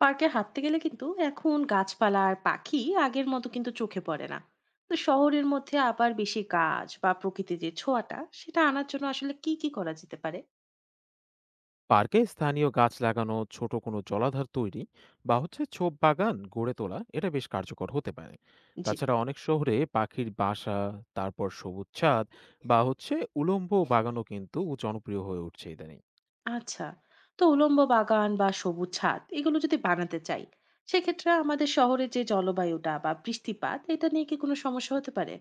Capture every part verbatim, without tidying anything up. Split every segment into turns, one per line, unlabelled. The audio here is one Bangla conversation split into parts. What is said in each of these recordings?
পার্কে হাঁটতে গেলে কিন্তু এখন গাছপালা আর পাখি আগের মতো কিন্তু চোখে পড়ে না। তো শহরের মধ্যে আবার বেশি গাছ বা প্রকৃতির যে ছোঁয়াটা সেটা আনার জন্য আসলে কি কি করা যেতে পারে?
পার্কে স্থানীয় গাছ লাগানো, ছোট কোনো জলাধার তৈরি বা হচ্ছে ছোপ বাগান গড়ে তোলা, এটা বেশ কার্যকর হতে পারে।
জি।
তাছাড়া অনেক শহরে পাখির বাসা, তারপর সবুজ ছাদ বা হচ্ছে উলম্ব বাগানও কিন্তু জনপ্রিয় হয়ে উঠছে ইদানিং।
আচ্ছা। তো উলম্ব বাগান বা সবুজ ছাদ এগুলো যদি বানাতে চাই, সেক্ষেত্রে আমাদের শহরের যে জলবায়ুটা বা বৃষ্টিপাত এটা নিয়ে কি কোনো সমস্যা হতে পারে?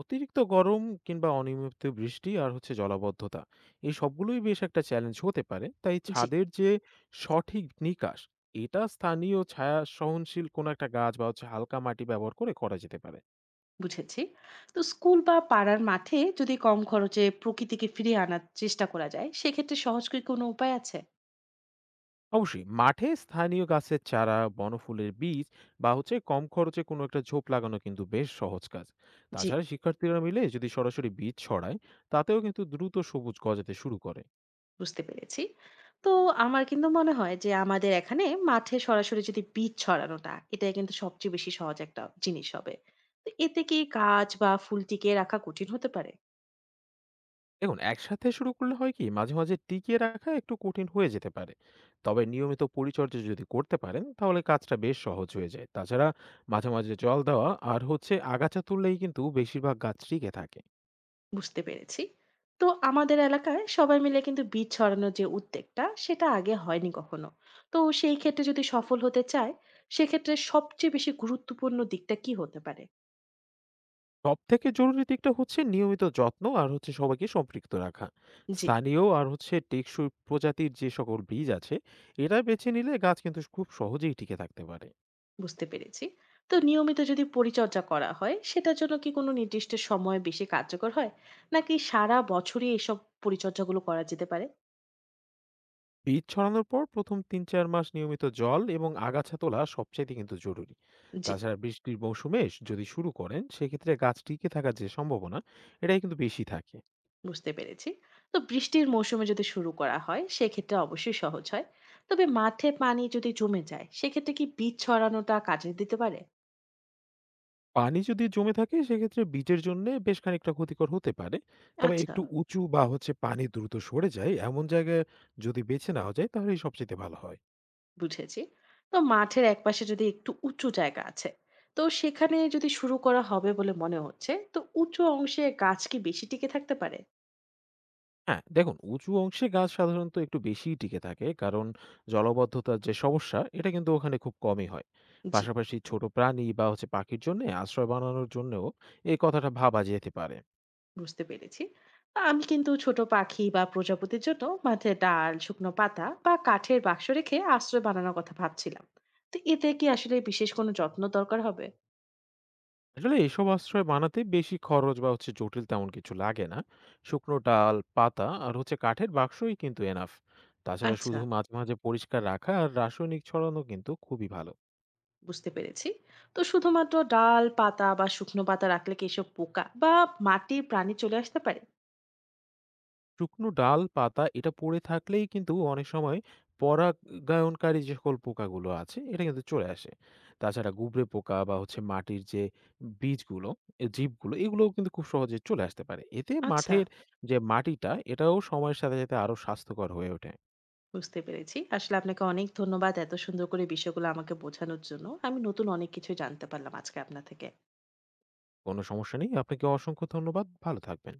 অতিরিক্ত গরম কিংবা অনিয়মিত বৃষ্টি আর হচ্ছে জলাবদ্ধতা, এই সবগুলোই বেশ একটা চ্যালেঞ্জ হতে পারে। তাই
জি।
ছাদের যে সঠিক নিকাশ, এটা স্থানীয় ছায়া সহনশীল কোনো একটা গাছ বা হচ্ছে হালকা মাটি ব্যবহার করে করা যেতে পারে।
বুঝেছি। তো স্কুল বা পাড়ার মাঠে যদি কম খরচে প্রকৃতিকে ফিরিয়ে আনার চেষ্টা করা যায় সেক্ষেত্রে সহজ কি কোনো উপায় আছে?
অবশ্যই মাঠে স্থানীয় গাছের চারা, বনফুলের বীজ বা হচ্ছে কম খরচে কোনো একটা ঝোপ লাগানো কিন্তু বেশ সহজ কাজ।
জি।
তাছাড়া শিক্ষার্থীরা মিলে যদি সরাসরি বীজ ছড়ায়, তাতেও কিন্তু দ্রুত সবুজ গজাতে শুরু করে।
বুঝতে পেরেছি। তো আমার কিন্তু মনে হয় যে আমাদের এখানে মাঠে সরাসরি যদি বীজ ছড়ানোটা, এটাই কিন্তু সবচেয়ে বেশি সহজ একটা জিনিস হবে। তো এতে কি গাছ বা ফুল টিকিয়ে রাখা কঠিন হতে পারে?
দেখুন, একসাথে শুরু করলে হয় কি, মাঝে মাঝে টিকিয়ে রাখা একটু কঠিন হয়ে যেতে পারে। তবে নিয়মিত পরিচর্যা যদি করতে পারেন, তাহলে কাজটা বেশ সহজ হয়ে যায়। তাছাড়া মাঝে মাঝে জল দেওয়া আর হচ্ছে আগাছা তুললেই কিন্তু বেশিরভাগ গাছ টিকে থাকে।
বুঝতে পেরেছি। তো আমাদের এলাকায় সবাই মিলে কিন্তু বীজ ছড়ানোর যে উদ্যোগটা, সেটা আগে হয়নি কখনো। তো সেই ক্ষেত্রে যদি সফল হতে চায়, সেক্ষেত্রে সবচেয়ে বেশি গুরুত্বপূর্ণ দিকটা কি হতে পারে?
সবথেকে জরুরি দিকটা হচ্ছে নিয়মিত যত্ন আর হচ্ছে সবাইকে সম্পৃক্ত রাখা।
জি।
স্থানীয় আর হচ্ছে টেকসই প্রজাতির যে সকল বীজ আছে, এরা বেছে নিলে গাছ কিন্তু খুব সহজেই টিকে থাকতে পারে।
বুঝতে পেরেছি। তো নিয়মিত যদি পরিচর্যা করা হয় সেটার জন্য কি কোনো নির্দিষ্ট সময় বেশি কার্যকর হয়, নাকি সারা বছরই এসব পরিচর্যাগুলো করা যেতে পারে?
বীজ ছড়ানোর পর প্রথম তিন থেকে চার মাস নিয়মিত জল এবং আগাছা তোলা সবচাইতে কিন্তু জরুরি।
জি।
তাছাড়া বৃষ্টির মৌসুমে যদি শুরু করেন, সেক্ষেত্রে গাছ টিকে থাকার যে সম্ভাবনা, এটাই কিন্তু বেশি থাকে।
বুঝতে পেরেছি। তো বৃষ্টির মৌসুমে যদি শুরু করা হয় সেক্ষেত্রে অবশ্যই সহজ হয়, তবে মাঠে পানি যদি জমে যায় সেক্ষেত্রে কি বীজ ছড়ানোটা কাজে দিতে পারে?
পানি যদি জমে থাকে, সেক্ষেত্রে বীজের জন্য বেশ খানিকটা ক্ষতিকর হতে পারে। তবে
আচ্ছা।
একটু উঁচু বা হচ্ছে পানি দ্রুত সরে যায় এমন জায়গায় যদি বেছে নেওয়া যায়, তাহলেই সবচাইতে ভালো হয়।
বুঝেছি। তো মাঠের একপাশে যদি একটু উঁচু জায়গা আছে, তো সেখানে যদি শুরু করা হবে বলে মনে হচ্ছে, তো উঁচু অংশে গাছ কি বেশি টিকে থাকতে পারে?
হ্যাঁ, দেখুন, উঁচু অংশে গাছ সাধারণত একটু বেশিই টিকে থাকে, কারণ জলাবদ্ধতার যে সমস্যা, এটা কিন্তু ওখানে খুব কমই হয়।
জি।
পাশাপাশি ছোট প্রাণী বা হচ্ছে পাখির জন্যে আশ্রয় বানানোর জন্যেও এই কথাটা ভাবা যেতে পারে।
বুঝতে পেরেছি। আ আমি কিন্তু ছোট পাখি বা প্রজাপতির জন্য মাঠে ডাল, শুকনো পাতা বা কাঠের বাক্স রেখে আশ্রয় বানানোর কথা ভাবছিলাম। তো এতে কি আসলে বিশেষ কোনো যত্ন দরকার হবে?
আসলে এসব আশ্রয় বানাতে বেশি খরচ বা হচ্ছে জটিল তেমন কিছু লাগে না। শুকনো ডাল পাতা আর হচ্ছে কাঠের বাক্সই কিন্তু এনাফ। তাছাড়া
আচ্ছা,
শুধু মাঝে মাঝে পরিষ্কার রাখা আর রাসায়নিক ছড়ানো কিন্তু খুবই ভালো।
বুঝতে পেরেছি। তো শুধুমাত্র ডাল, পাতা বা শুকনো পাতা রাখলে কি এসব পোকা বা মাটির প্রাণী চলে আসতে পারে?
শুকনো ডাল পাতা এটা পড়ে থাকলেই কিন্তু অনেক সময় পরাগায়নকারী যে সকল পোকাগুলো আছে, এটা কিন্তু চলে আসে। তাছাড়া গুবরে পোকা বা হচ্ছে মাটির যে বীজগুলো, এ জীবগুলো এগুলোও কিন্তু খুব সহজে চলে আসতে পারে। এতে
আচ্ছা,
মাঠের যে মাটিটা, এটাও সময়ের সাথে সাথে আরো স্বাস্থ্যকর হয়ে ওঠে।
বুঝতে পেরেছি। আসলে আপনাকে অনেক ধন্যবাদ এত সুন্দর করে বিষয়গুলো আমাকে বোঝানোর জন্য। আমি নতুন অনেক কিছুই জানতে পারলাম আজকে আপনার থেকে।
কোনো সমস্যা নেই। আপনাকে অসংখ্য ধন্যবাদ। ভালো থাকবেন।